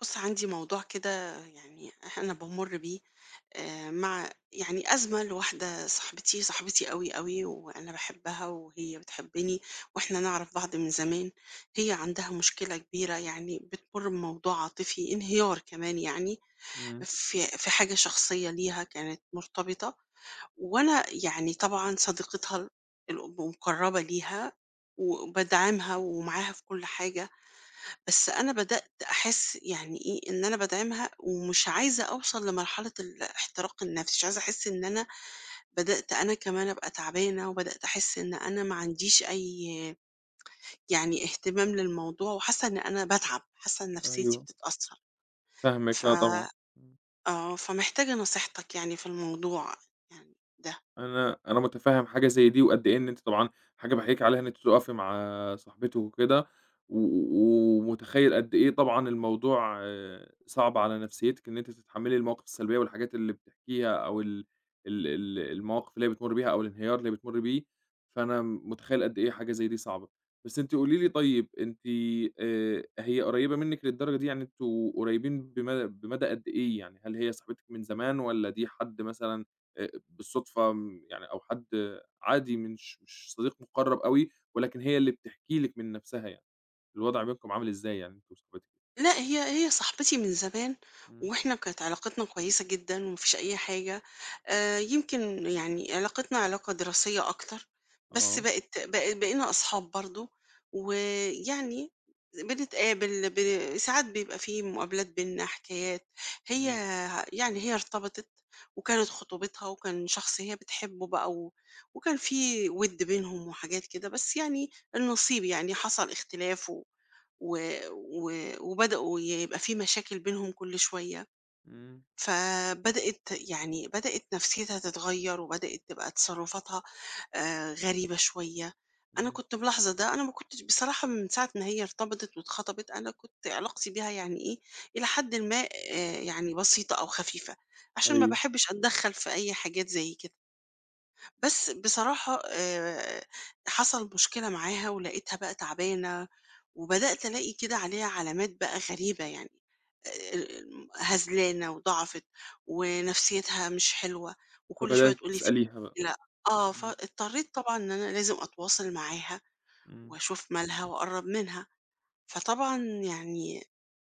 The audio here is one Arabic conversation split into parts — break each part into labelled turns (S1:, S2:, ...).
S1: بُص، عندي موضوع كده. يعني أنا بامُر بيه مع يعني أزمة لواحدة صاحبتي، صاحبتي أوي، أوي، وأنا باحبها وهي بتحبني وإحنا نعرف بعض من زمان. هي عندها مشكلة كبيرة، يعني بتمُر بموضوع عاطفي، انهيار كمان، يعني
S2: إمم،
S1: في حاجة شخصية ليها كانت مرتبطة، وأنا يعني طبعًا صديقتها المُقرّبة ليها، وبادعمها ومعاها في كل حاجة. بس أنا بدأت أحس يعني إيه، إن أنا بادعمها ومش عايزة أوصل لمرحلة الاحتراق النفسي، مش عايزة أحس إن أنا بدأت أنا كمان أبقى تعبانة، وبدأت أحس إن أنا ما عنديش أي يعني اهتمام للموضوع، وحاسة إن أنا باتعب، حاسة إن نفسيتي
S2: أيوه،
S1: بتتأثر.
S2: فاهمِك
S1: ف
S2: آه طبعًا، إمم.
S1: آه، فمحتاجة نصيحتك يعني في الموضوع يعني ده.
S2: أنا متفهم حاجة زي دي، وقد إيه إن أنتِ طبعًا حاجة باحييكِ عليها إن أنتِ تقفي مع صاحبته وكده، و ومتخيل قد إيه طبعًا الموضوع صعب على نفسيتِك إن أنتِ تتحملي المواقف السلبية والحاجات اللي بتحكيها، أو ال ال ال المواقف اللي هي بتمر بيها، أو الانهيار اللي هي بتمر بيه، فأنا متخيل قد إيه حاجة زي دي صعبة. بس أنتِ قولي لي طيب أنتِ هي قريبة منِك للدرجة دي؟ يعني أنتم قريبين بمدى قد إيه يعني؟ هل هي صاحبتِك من زمان والّا دي حد مثلًا بالصدفة يعني أو حد عادي من مش مش صديق مُقرّب أوي، ولكن هي اللي بتحكي لِك من نَفْسها يعني، الوضع بينكم عامل إزاي يعني أنتِ وصاحبتِك؟
S1: لأ، هي صاحبتي من زمان،
S2: إمم.
S1: وإحنا كانت علاقتنا كويسة جدًا وما فيش أي حاجة. يمكن يعني علاقتنا علاقة دراسية أكتر، بس
S2: آه.
S1: بقت بق بقينا أصحاب برضه. ويعني بنتقابل ساعات، بيبقى في مقابلات بيننا، حكايات. هي
S2: إمم،
S1: هي ارتبطت، وكانت خطوبتها، وكان شخص هي بتحبه بقى، وكان في وِد بينهم وحاجات كده، بس يعني النصيب يعني حصل اختلاف، و و و وبدأوا يبقى في مشاكل بينهم كل شوية.
S2: إمم،
S1: فبدأت يعني بدأت نفسيتها تتغيّر، وبدأت تبقى تصرفاتها غريبة شوية. أنا
S2: إمم.
S1: كنت ملاحظة ده، أنا ما كنتش بصراحة من ساعة ما هي ارتبطت واتخطبت، أنا كنت علاقتي بيها يعني إيه، إلى حدٍ ما يعني بسيطة أو خفيفة، عشان ما
S2: أيوه،
S1: باحبش أتدخّل في أي حاجات زي كده. بس بصراحة حصل مشكلة معاها، ولقيتها بقى تعبانة، وبدأت ألاقي كده عليها علامات بقى غريبة، يعني آآ هزلانة وضعفت ونفسيتها مش حلوة، وكل شوية
S2: فبدأتِ
S1: تقول لي في
S2: تسأليها بقى.
S1: مشكلة. آه،
S2: إمم.
S1: فاضطريت طبعًا إن أنا لازم أتواصل معاها
S2: إمم.
S1: وأشوف مالها وأقرّب منها. فطبعًا يعني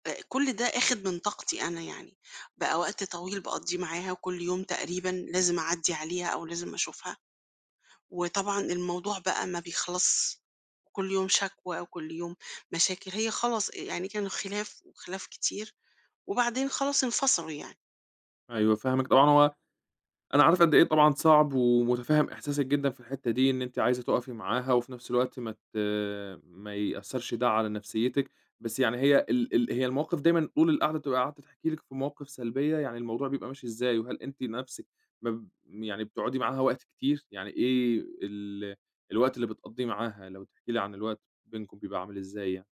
S1: كل ده آخِد من طاقتي أنا يعني، بقى وقت طويل باقضّيه معاها، وكل يوم تقريبًا لازم أعدّي عليها أو لازم أشوفها. وطبعًا الموضوع بقى ما بيخلصش، كل يوم شكوى وكل يوم مشاكل، هي خلاص يعني كانوا خلاف وخلاف كتير، وبعدين خلاص انفصلوا يعني.
S2: أيوه فاهمِك طبعًا هو. أنا عارف قد إيه طبعًا صعب، ومُتفهِّم إحساسِك جدًا في الحتّة دي، إن أنتِ عايزة تُقفي معاها، وفي نفس الوقت ما يأثّرش ده على نفسيتِك، بس يعني هي ال ال هي المواقف دايمًا طول القعدة بتبقى قاعدة تحكي لِك في مواقف سلبية، يعني الموضوع بيبقى ماشي إزاي؟ وهل أنتِ نفسِك ما ب يعني بتقعدي معاها وقت كتير؟ يعني إيه الوقت اللي بتقضّيه معاها؟ لو تحكي لي عن الوقت بينكم بيبقى عامل إزاي يعني؟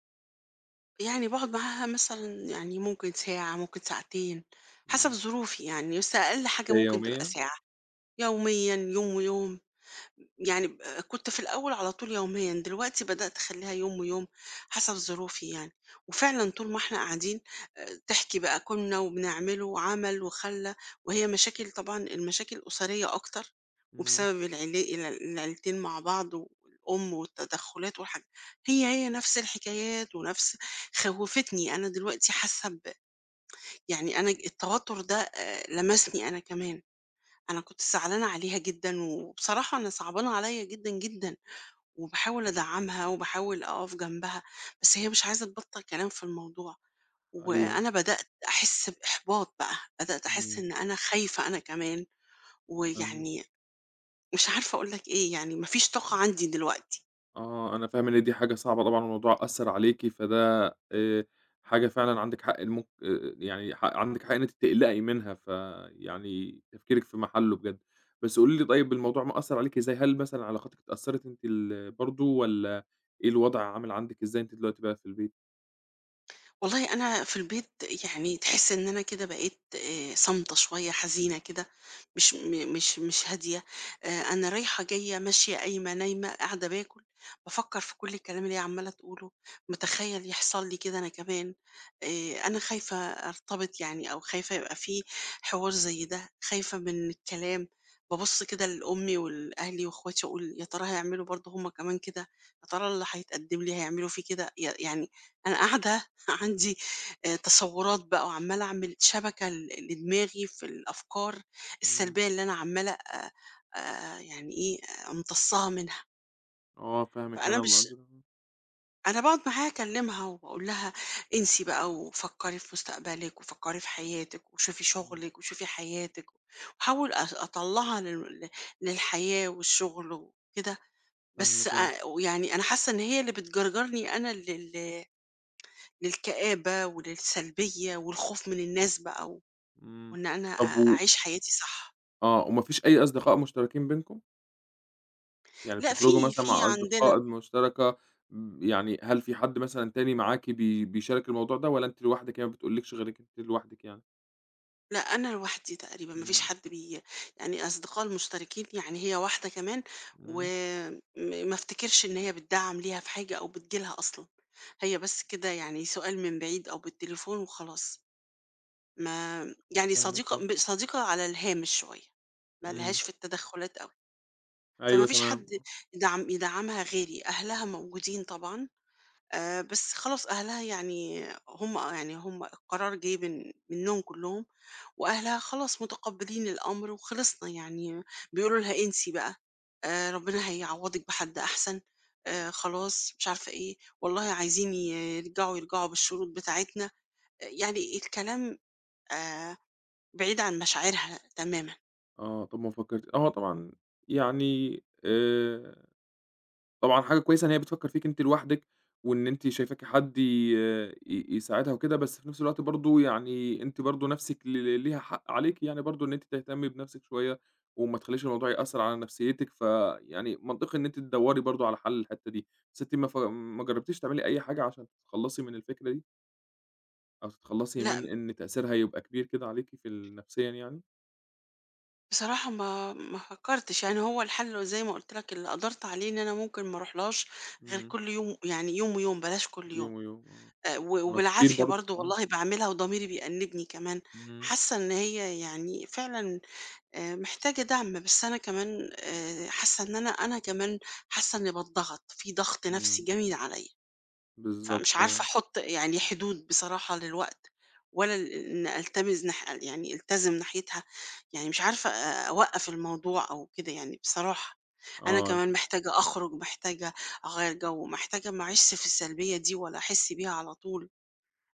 S1: يعني باقعد معاها مثلًا يعني ممكن ساعة، ممكن ساعتين، حسب
S2: إمم،
S1: ظروفي يعني، بس أقل حاجة
S2: بداية
S1: ممكن تبقى
S2: يومية؟
S1: ساعة، يوميًا، يوم ويوم. يعني ب آه، كنت في الأول على طول يوميًا، دلوقتي بدأت أخلّيها يوم ويوم حسب ظروفي يعني. وفعلًا طول ما إحنا قاعدين تحكي بقى كنا وبنعمله وعمل وخلّى، وهي مشاكل، طبعًا المشاكل أسرية أكتر،
S2: إمم،
S1: وبسبب العيلة العيلتين مع بعض والأم والتدخلات والحاجات. هي نفس الحكايات ونفس. خوّفتني، أنا دلوقتي حاسة يعني أنا التوتر ده لمسني أنا كمان. أنا كنت زعلانة عليها جدًا، وبصراحة أنا صعبانة عليّا جدًا، جدًا، وباحاول أدعّمها وباحاول أقف جنبها، بس هي مش عايزة تبطّل كلام في الموضوع،
S2: أيوه،
S1: وأنا بدأت أحس بإحباط بقى، بدأت أحس
S2: إمم،
S1: إن أنا خايفة أنا كمان،
S2: فاهمِك
S1: ويعني مش عارفة أقول لك إيه، يعني ما فيش طاقة عندي دلوقتي.
S2: آه، أنا فاهم إن دي حاجة صعبة طبعًا والموضوع أثّر عليكِ، فده آآ حاجة فعلًا عندِك حق المك يعني ح عندِك حق إن أنتِ تقلقي منها، فيعني تفكيرِك في محله بجد. بس قولي لي طيب الموضوع مأثّر عليكِ إزاي؟ هل مثلًا علاقاتِك اتأثّرت أنتِ برضه والّا إيه الوضع عامل عندِك إزاي أنتِ دلوقتي بقى في البيت؟
S1: والله أنا في البيت، يعني تحس إن أنا كده بقيت، آه، صامتة شوية، حزينة كده، مش م- مش مش هادية. آه، أنا رايحة جاية ماشية قايمة نايمة قاعدة باكل، بفكر في كل الكلام اللي هي عمالة تقوله، متخيل يحصل لي كده أنا كمان. آه، أنا خايفة أرتبط يعني، أو خايفة يبقى في حوار زي ده، خايفة من الكلام، ببص كده لأمي والأهلي وإخواتي أقول يا ترى هيعملوا برضه هما كمان كده، يا ترى اللي هيتقدم لي هيعملوا فيه كده، يعني أنا قاعدة عندي تصورات بقى، وعمّالة أعمل شبكة لدماغي في الأفكار
S2: إمم،
S1: السلبية اللي أنا عمّالة، يعني إيه، أمتصّاها منها.
S2: آه فاهمِك
S1: فأنا
S2: أنا
S1: مش
S2: مقدّر آه،
S1: أنا باقعد معاها أكلّمها وأقول لها انسي بقى وفكّري في مستقبلِك وفكّري في حياتِك وشوفي
S2: إمم،
S1: شغلِك وشوفي حياتِك، واحاول أطلّعها للحياة والشغل وكده، بس
S2: فاهمِك آه،
S1: ويعني أنا حاسة إن هي اللي بتجرجرني أنا للكآبة وللسلبية والخوف من الناس بقى،
S2: إمم.
S1: وإن أنا
S2: طب و
S1: أعيش حياتي صح.
S2: آه، وما فيش أي أصدقاء مشتركين بينكم؟ يعني
S1: لأ،
S2: بتخرجوا
S1: في
S2: مثلًا
S1: في
S2: مع
S1: عندنا.
S2: أصدقاء مشتركة يعني هل في حد مثلًا تاني معاكِ بيشارك الموضوع ده والّا أنتِ لوحدِك هي ما بتقولكش غيرِك أنتِ لوحدِك يعني؟
S1: لأ أنا لوحدي تقريبًا، ما فيش
S2: إمم،
S1: حد يعني. أصدقاء المشتركين يعني هي واحدة كمان،
S2: إمم،
S1: ما أفتكرش إن هي بتدعّم ليها في حاجة أو بتيجي لها أصلًا، هي بس كده يعني سؤال من بعيد أو بالتليفون وخلاص. ما يعني
S2: فاهمِك آه،
S1: صديقة على الهامش شوية، ما
S2: إمم،
S1: لهاش في التدخلات أوي، فما
S2: أيوه
S1: فيش
S2: تمام،
S1: حد يدعّمها غيري، أهلها موجودين طبعًا. بس خلاص أهلها، يعني هم يعني هم القرار جِه منّهم كلّهم، وأهلها خلاص متقبّلين الأمر وخلصنا يعني، بيقولوا لها انسي بقى، ربنا هيعوّضِك بحد أحسن، خلاص مش عارفة إيه، والله عايزين ي يرجعوا، يرجعوا بالشروط بتاعتنا، يعني الكلام آآ بعيد عن مشاعرها تمامًا.
S2: آه، طب ما فكرت آه طبعًا، يعني آآ طبعًا حاجة كويسة إن هي بتفكّر فيكِ أنتِ لوحدِك، وإن أنتِ شايفاكِ حد ي ي يساعدها وكده، بس في نفس الوقت برضه يعني أنتِ برضه نفسِك ليها حق عليكِ يعني برضه إن أنتِ تهتمي بنفسِك شوية، وما تخلّيش الموضوع يأثّر على نفسيتِك، فيعني منطقي إن أنتِ تدوّري برضه على حل الحتّة دي، بس أنتِ ما جرّبتيش تعملي أي حاجة عشان تتخلّصي من الفكرة دي، أو تتخلّصي
S1: لأ،
S2: من إن تأثيرها يبقى كبير كده عليكِ في نفسيًا يعني؟
S1: بصراحة ما فكرتش يعني. هو الحل زي ما قلت لك اللي قدرت عليه انا ممكن ما اروحلهاش غير
S2: إمم.
S1: كل يوم، يعني يوم ويوم بلاش كل يوم.
S2: يوم ويوم آه،
S1: آه،
S2: هو كتير
S1: وبالعافية
S2: برضه،
S1: برضو
S2: آه.
S1: والله بعملها، وضميري بيأنبني كمان.
S2: إمم، إمم.
S1: حاسة ان هي يعني فعلا، آه، محتاجة دعم، بس انا كمان آه، حاسة ان انا كمان، حاسة اني بتضغط في ضغط نفسي
S2: إمم،
S1: جميل عليا،
S2: بالضبط
S1: فمش عارفة
S2: آه،
S1: أحط يعني حدود بصراحة للوقت، ولا إن ألتمس يعني ألتزم ناحيتها، يعني مش عارفة أوقّف الموضوع أو كده يعني بصراحة. أنا
S2: آه.
S1: كمان محتاجة أخرج، محتاجة أغيّر جو، محتاجة ما أعيشش في السلبية دي ولا أحس بيها على طول،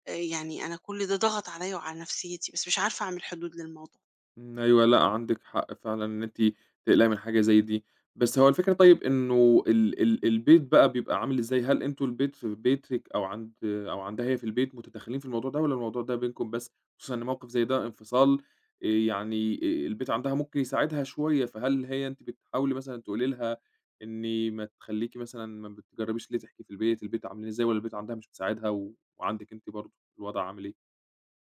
S1: يعني أنا كل ده ضغط عليَّ وعلى نفسيتي، بس مش عارفة أعمل حدود للموضوع.
S2: إمم، أيوه، لأ عندِك حق فعلًا إن أنتِ تقلقي من حاجة زي دي، بس هو الفكرة طيب إنه ال ال البيت بقى بيبقى عامل إزاي؟ هل أنتم البيت في بيتِك أو عند أو عندها هي في البيت متدخّلين في الموضوع ده والّا الموضوع ده بينكم بس؟ خصوصًا إن موقف زي ده انفصال يعني البيت عندها ممكن يساعدها شوية، فهل هي أنتِ بتحاولي مثلًا تقولي لها إني ما تخلّيكِ مثلًا ما بتجرّبيش ليه تحكي في البيت، البيت عاملين إزاي والّا البيت عندها مش بيساعدها و وعندِك أنتِ برضه الوضع عامل إيه؟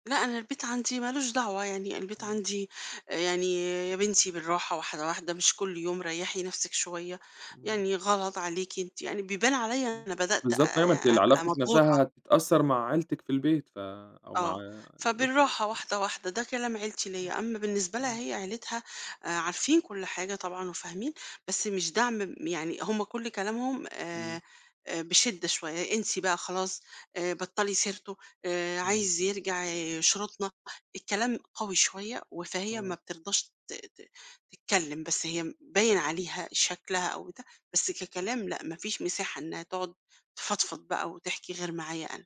S1: لأ، أنا البيت عندي ما لوش دعوة، يعني البيت
S2: إمم،
S1: عندي آه، يعني يا بنتي بالراحة واحدة، واحدة، مش كل يوم، ريّحي نفسِك شوية،
S2: إمم.
S1: يعني غلط عليكِ أنتِ، يعني بيبان عليّا أنا بدأت
S2: بالضبط أيوه، ما أنتِ
S1: أبقى
S2: العلاقتِك
S1: مضغوطة.
S2: نفْسها هتتأثّر مع عيلتِك في البيت أو مع
S1: آه،
S2: الأسرة.
S1: فبالراحة واحدة واحدة، ده كلام عيلتي
S2: إمم،
S1: ليّا، أمّا بالنسبة
S2: إمم،
S1: لها هي عيلتها عارفين كل حاجة طبعًا وفاهمين، بس مش دعم، يعني هم كل كلامهم
S2: إمم،
S1: بشِدّة شوية، انسي بقى خلاص، بطّلي سيرته،
S2: إمم،
S1: عايز يرجع يشرطنا، الكلام قوي شوية، فهي ما
S2: آه،
S1: بترضاش ت ت تتكلم، بس هي باين عليها شكلها أو بتاع، بس ككلام لأ، ما فيش مساحة إنها تقعد تفضفض بقى وتحكي غير معايا أنا.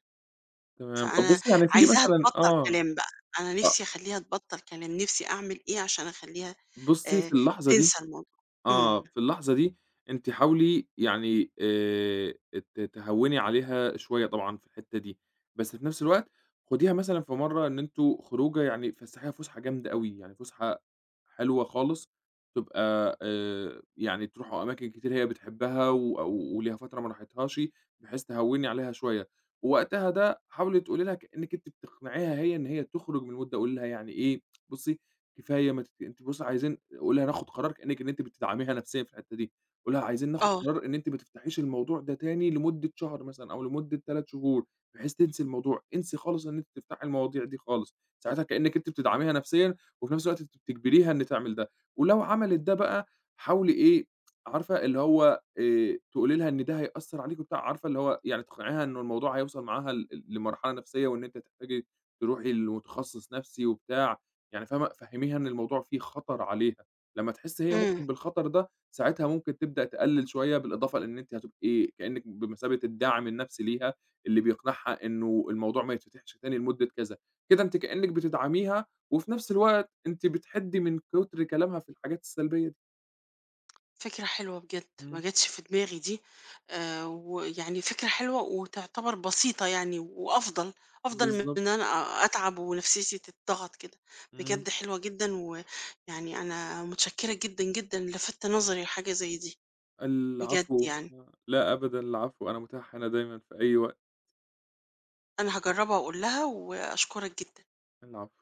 S2: تمام. طَب
S1: فأنا
S2: بُصّي يعني في
S1: عايزاها
S2: مثلًا
S1: تبطّل
S2: آه،
S1: كلام بقى، أنا
S2: أ
S1: نِفْسي أخلّيها تبطّل كلام، نِفْسي أعمل إيه عشان أخلّيها
S2: بُصّي
S1: آآ
S2: في اللحظة دي
S1: تنسى الموضوع.
S2: آه،
S1: إمم،
S2: في اللحظة دي أنتِ حاولي يعني ت تهوّني عليها شوية طبعًا في الحتّة دي، بس في نفس الوقت خُديها مثلًا في مرّة إن أنتم خروجة يعني فسّحيها فُسحة جامدة أوي، يعني فُسحة حلوة خالص تبقى يعني تروحوا أماكن كتير هي بتحبها و و- وليها فترة ما راحتهاش، بحيث تهوّني عليها شوية، ووقتها ده حاولي تقولي لها كإنِّك أنتِ بتقنعيها هي إن هي تخرج من المود ده، قولي لها يعني إيه بُصّي كفاية ما تت أنتِ بُصّي عايزين قولي هناخد قرار كإنِّك إن أنتِ بتدعميها نفسيًا في الحتّة دي، قولي عايزين ناخد
S1: آه،
S2: قرار إن أنتِ ما تفتحيش الموضوع ده تاني لمدة شهر مثلًا أو لمدة 3 شهور، بحيث تنسي الموضوع، انسي خالص إن أنتِ تفتحي المواضيع دي خالص، ساعتها كإنِّك أنتِ بتدعميها نفسيًا وفي نفس الوقت أنتِ بتجبريها إن تعمل ده، ولو عملت ده بقى حاولي إيه، عارفة اللي هو تقولي لها إن ده هيأثّر عليكِ وبتاع، عارفة اللي هو يعني تقنعيها إنه الموضوع هيوصل معاها لمرحلة نفسية وإن أنتِ هتحتاجي تروحي لمتخصص نفسي وبتاع. يعني فاهمة، فهّميها إن الموضوع فيه خطر عليها، لمّا تحس هي
S1: إمم،
S2: ممكن بالخطر ده، ساعتها ممكن تبدأ تقلل شوية، بالإضافة لإن أنتِ هتبقي إيه، كإنِّك بمثابة الداعم النفسي ليها، اللي بيقنعها إنه الموضوع ما يتفتحش تاني لمدة كذا، كده أنتِ كإنِّك بتدعميها، وفي نفس الوقت أنتِ بتحدّي من كتر كلامها في الحاجات السلبية دي.
S1: فكرة حلوة بجد، ما
S2: إمم،
S1: جاتش في دماغي دي. ويعني فكرة حلوة وتعتبر بسيطة يعني وأفضل، أفضل من
S2: بالضبط.
S1: إن أنا أتعب ونفسيتي تتضغط كده،
S2: إمم.
S1: بجد حلوة جدًا، ويعني أنا متشكّرة جدًا، جدًا، لفَتت نظري لحاجة زي دي، بجد
S2: العفو،
S1: يعني،
S2: لا أبدًا العفو، أنا متاح هنا دايمًا في أي وقت،
S1: أنا هاجرّبها وأقول لها وأشكرك جدًا.
S2: العفو.